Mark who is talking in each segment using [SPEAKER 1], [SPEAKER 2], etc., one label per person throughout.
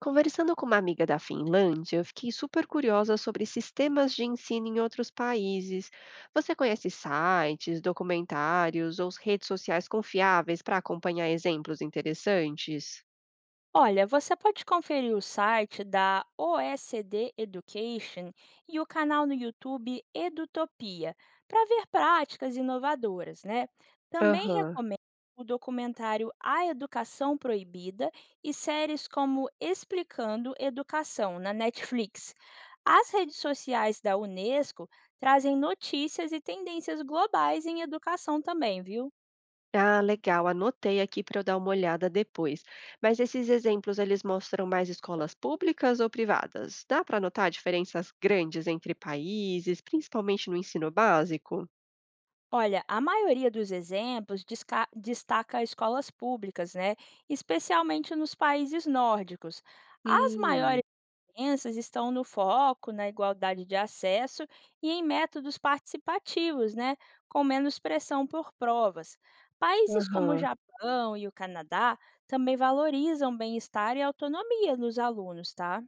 [SPEAKER 1] Conversando com uma amiga da Finlândia, eu fiquei super curiosa sobre sistemas de ensino em outros países. Você conhece sites, documentários ou redes sociais confiáveis para acompanhar exemplos interessantes?
[SPEAKER 2] Olha, você pode conferir o site da OECD Education e o canal no YouTube Edutopia para ver práticas inovadoras, né? Também
[SPEAKER 1] Aham.
[SPEAKER 2] recomendo o documentário A Educação Proibida e séries como Explicando Educação na Netflix. As redes sociais da Unesco trazem notícias e tendências globais em educação também, viu?
[SPEAKER 1] Ah, legal. Anotei aqui para eu dar uma olhada depois. Mas esses exemplos, eles mostram mais escolas públicas ou privadas? Dá para notar diferenças grandes entre países, principalmente no ensino básico?
[SPEAKER 2] Olha, a maioria dos exemplos destaca escolas públicas, né? Especialmente nos países nórdicos. As
[SPEAKER 1] Hum,
[SPEAKER 2] maiores diferenças estão no foco, na igualdade de acesso e em métodos participativos, né? Com menos pressão por provas. Países como o
[SPEAKER 1] aham.
[SPEAKER 2] Japão e o Canadá também valorizam bem-estar e autonomia dos alunos, tá?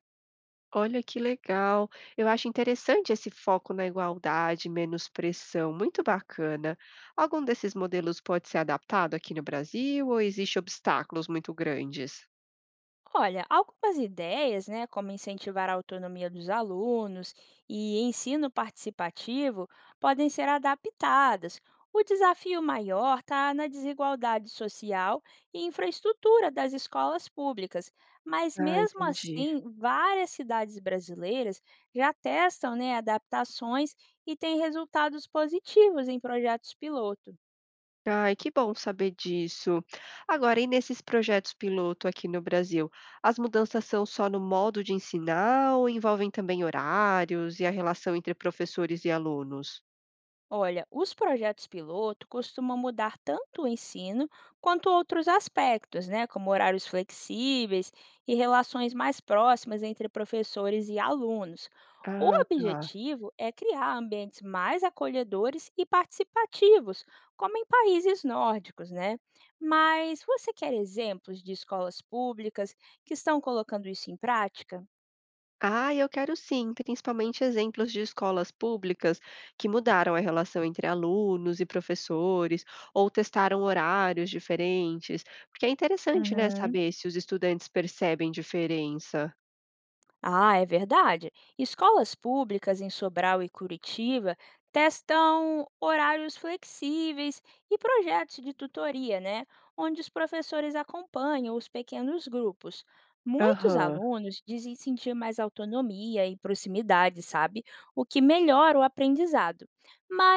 [SPEAKER 1] Olha que legal. Eu acho interessante esse foco na igualdade, menos pressão, muito bacana. Algum desses modelos pode ser adaptado aqui no Brasil ou existe obstáculos muito grandes?
[SPEAKER 2] Olha, algumas ideias, né, como incentivar a autonomia dos alunos e ensino participativo, podem ser adaptadas. O desafio maior está na desigualdade social e infraestrutura das escolas públicas, mas
[SPEAKER 1] Ah,
[SPEAKER 2] mesmo
[SPEAKER 1] entendi.
[SPEAKER 2] assim, várias cidades brasileiras já testam né, adaptações e têm resultados positivos em projetos piloto.
[SPEAKER 1] Ai, que bom saber disso. Agora, e nesses projetos piloto aqui no Brasil, as mudanças são só no modo de ensinar ou envolvem também horários e a relação entre professores e alunos?
[SPEAKER 2] Olha, os projetos-piloto costumam mudar tanto o ensino quanto outros aspectos, né, como horários flexíveis e relações mais próximas entre professores e alunos. O
[SPEAKER 1] Ah, tá.
[SPEAKER 2] objetivo é criar ambientes mais acolhedores e participativos, como em países nórdicos, né? Mas você quer exemplos de escolas públicas que estão colocando isso em prática?
[SPEAKER 1] Ah, eu quero sim, principalmente exemplos de escolas públicas que mudaram a relação entre alunos e professores, ou testaram horários diferentes, porque é interessante, né,
[SPEAKER 2] Uhum.
[SPEAKER 1] saber se os estudantes percebem diferença.
[SPEAKER 2] Ah, é verdade. Escolas públicas em Sobral e Curitiba testam horários flexíveis e projetos de tutoria, né? Onde os professores acompanham os pequenos grupos. Muitos
[SPEAKER 1] Aham,
[SPEAKER 2] alunos dizem sentir mais autonomia e proximidade, sabe? O que melhora o aprendizado.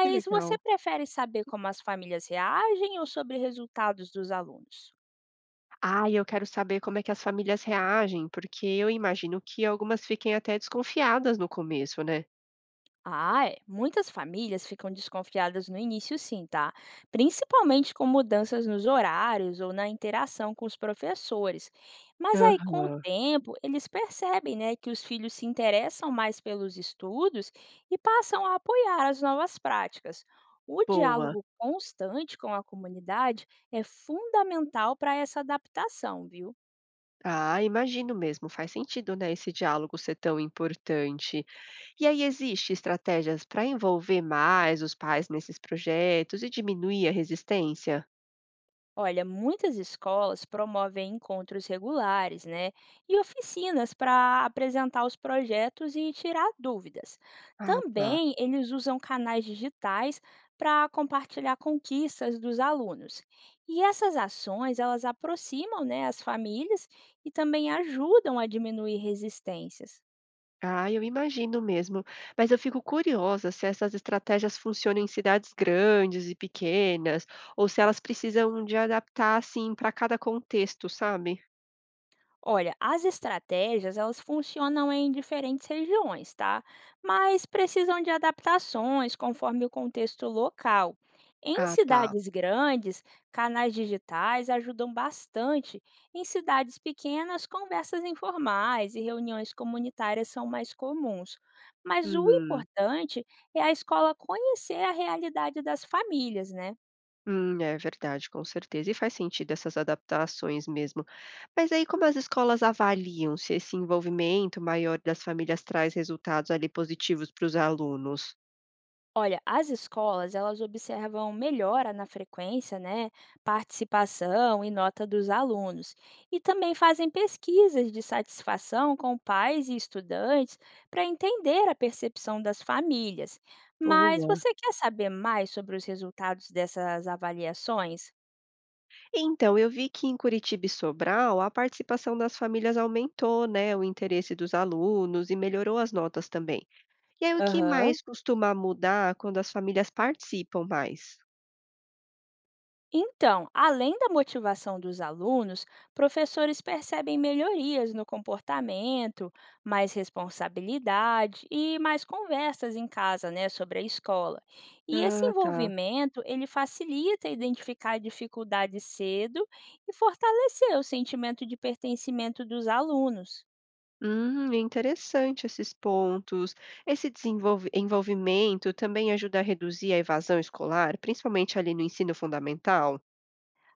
[SPEAKER 1] que
[SPEAKER 2] você
[SPEAKER 1] legal.
[SPEAKER 2] prefere saber como as famílias reagem ou sobre resultados dos alunos?
[SPEAKER 1] Ah, e eu quero saber como é que as famílias reagem, porque eu imagino que algumas fiquem até desconfiadas no começo, né?
[SPEAKER 2] Ah, é. Muitas famílias ficam desconfiadas no início, sim, tá? Principalmente com mudanças nos horários ou na interação com os professores. Mas aí, com o
[SPEAKER 1] Aham,
[SPEAKER 2] tempo, eles percebem, né, que os filhos se interessam mais pelos estudos e passam a apoiar as novas práticas. O
[SPEAKER 1] boa.
[SPEAKER 2] diálogo constante com a comunidade é fundamental para essa adaptação, viu?
[SPEAKER 1] Ah, imagino mesmo, faz sentido, né, esse diálogo ser tão importante. E aí existe estratégias para envolver mais os pais nesses projetos e diminuir a resistência?
[SPEAKER 2] Olha, muitas escolas promovem encontros regulares, né, e oficinas para apresentar os projetos e tirar dúvidas.
[SPEAKER 1] Ah, tá.
[SPEAKER 2] Também eles usam canais digitais para compartilhar conquistas dos alunos. E essas ações, elas aproximam, né, as famílias e também ajudam a diminuir resistências.
[SPEAKER 1] Ah, eu imagino mesmo, mas eu fico curiosa se essas estratégias funcionam em cidades grandes e pequenas, ou se elas precisam de adaptar assim para cada contexto, sabe?
[SPEAKER 2] Olha, as estratégias elas funcionam em diferentes regiões, tá? Mas precisam de adaptações conforme o contexto local. Em
[SPEAKER 1] Ah, tá.
[SPEAKER 2] cidades grandes, canais digitais ajudam bastante. Em cidades pequenas, conversas informais e reuniões comunitárias são mais comuns. Mas o
[SPEAKER 1] Hum.
[SPEAKER 2] importante é a escola conhecer a realidade das famílias, né?
[SPEAKER 1] É verdade, com certeza. E faz sentido essas adaptações mesmo. Mas aí, como as escolas avaliam se esse envolvimento maior das famílias traz resultados ali positivos para os alunos?
[SPEAKER 2] Olha, as escolas, elas observam melhora na frequência, né, participação e nota dos alunos, e também fazem pesquisas de satisfação com pais e estudantes para entender a percepção das famílias. Mas
[SPEAKER 1] Boa.
[SPEAKER 2] você quer saber mais sobre os resultados dessas avaliações?
[SPEAKER 1] Então, eu vi que em Curitiba e Sobral a participação das famílias aumentou, né, o interesse dos alunos e melhorou as notas também. E aí, o que
[SPEAKER 2] Aham.
[SPEAKER 1] mais costuma mudar quando as famílias participam mais?
[SPEAKER 2] Então, além da motivação dos alunos, professores percebem melhorias no comportamento, mais responsabilidade e mais conversas em casa, né, sobre a escola. E esse
[SPEAKER 1] Ah, tá.
[SPEAKER 2] envolvimento, ele facilita identificar dificuldades cedo e fortalecer o sentimento de pertencimento dos alunos.
[SPEAKER 1] É interessante esses pontos. Esse envolvimento também ajuda a reduzir a evasão escolar, principalmente ali no ensino fundamental.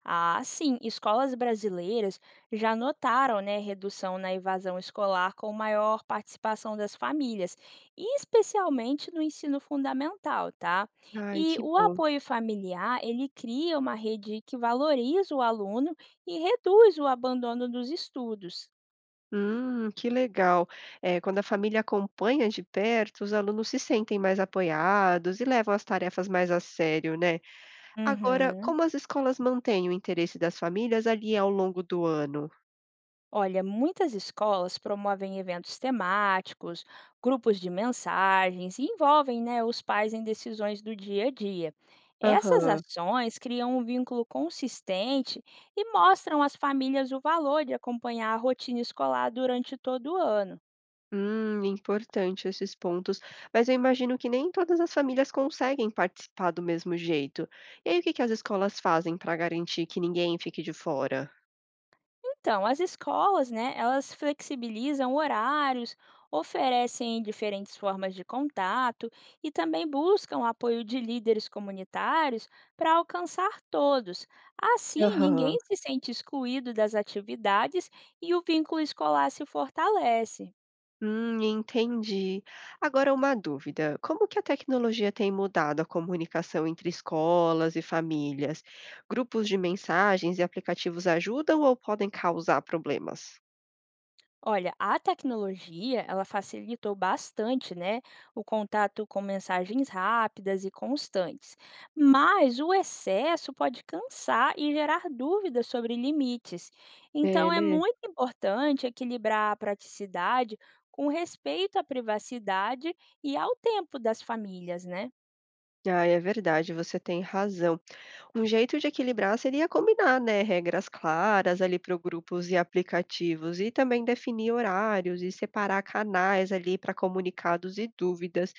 [SPEAKER 2] Ah, sim, escolas brasileiras já notaram, né, redução na evasão escolar com maior participação das famílias, e especialmente no ensino fundamental, tá?
[SPEAKER 1] Ai,
[SPEAKER 2] E
[SPEAKER 1] que
[SPEAKER 2] o
[SPEAKER 1] bom.
[SPEAKER 2] apoio familiar, ele cria uma rede que valoriza o aluno e reduz o abandono dos estudos.
[SPEAKER 1] Que legal. É, quando a família acompanha de perto, os alunos se sentem mais apoiados e levam as tarefas mais a sério, né? Agora,
[SPEAKER 2] Uhum.
[SPEAKER 1] como as escolas mantêm o interesse das famílias ali ao longo do ano?
[SPEAKER 2] Olha, muitas escolas promovem eventos temáticos, grupos de mensagens e envolvem, né, os pais em decisões do dia a dia. Essas
[SPEAKER 1] Aham.
[SPEAKER 2] ações criam um vínculo consistente e mostram às famílias o valor de acompanhar a rotina escolar durante todo o ano.
[SPEAKER 1] Importante esses pontos. Mas eu imagino que nem todas as famílias conseguem participar do mesmo jeito. E aí, o que que as escolas fazem para garantir que ninguém fique de fora?
[SPEAKER 2] Então, as escolas, né, elas flexibilizam horários, oferecem diferentes formas de contato e também buscam apoio de líderes comunitários para alcançar todos. Assim, ninguém
[SPEAKER 1] Aham.
[SPEAKER 2] se sente excluído das atividades e o vínculo escolar se fortalece.
[SPEAKER 1] Entendi. Agora uma dúvida. Como que a tecnologia tem mudado a comunicação entre escolas e famílias? Grupos de mensagens e aplicativos ajudam ou podem causar problemas?
[SPEAKER 2] Olha, a tecnologia, ela facilitou bastante, né, o contato com mensagens rápidas e constantes. Mas o excesso pode cansar e gerar dúvidas sobre limites.
[SPEAKER 1] É,
[SPEAKER 2] Então é
[SPEAKER 1] né?
[SPEAKER 2] muito importante equilibrar a praticidade com respeito à privacidade e ao tempo das famílias, né?
[SPEAKER 1] Ah, é verdade, você tem razão. Um jeito de equilibrar seria combinar, né, regras claras ali para grupos e aplicativos e também definir horários e separar canais ali para comunicados e dúvidas.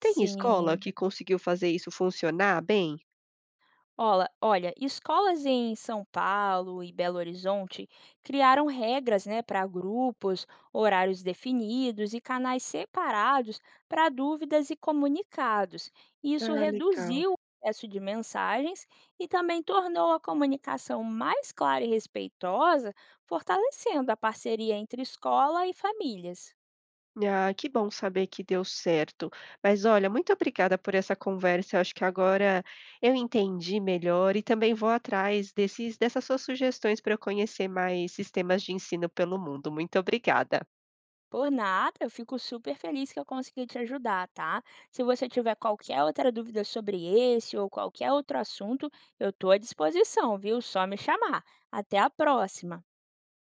[SPEAKER 1] Tem escola
[SPEAKER 2] Sim.
[SPEAKER 1] que conseguiu fazer isso funcionar bem?
[SPEAKER 2] Olha, escolas em São Paulo e Belo Horizonte criaram regras, né, para grupos, horários definidos e canais separados para dúvidas e comunicados. Isso
[SPEAKER 1] Ah, legal.
[SPEAKER 2] reduziu o excesso de mensagens e também tornou a comunicação mais clara e respeitosa, fortalecendo a parceria entre escola e famílias.
[SPEAKER 1] Ah, que bom saber que deu certo. Mas olha, muito obrigada por essa conversa. Eu acho que agora eu entendi melhor e também vou atrás dessas suas sugestões para eu conhecer mais sistemas de ensino pelo mundo. Muito obrigada.
[SPEAKER 2] Por nada, eu fico super feliz que eu consegui te ajudar, tá? Se você tiver qualquer outra dúvida sobre esse ou qualquer outro assunto, eu estou à disposição, viu? Só me chamar. Até a próxima!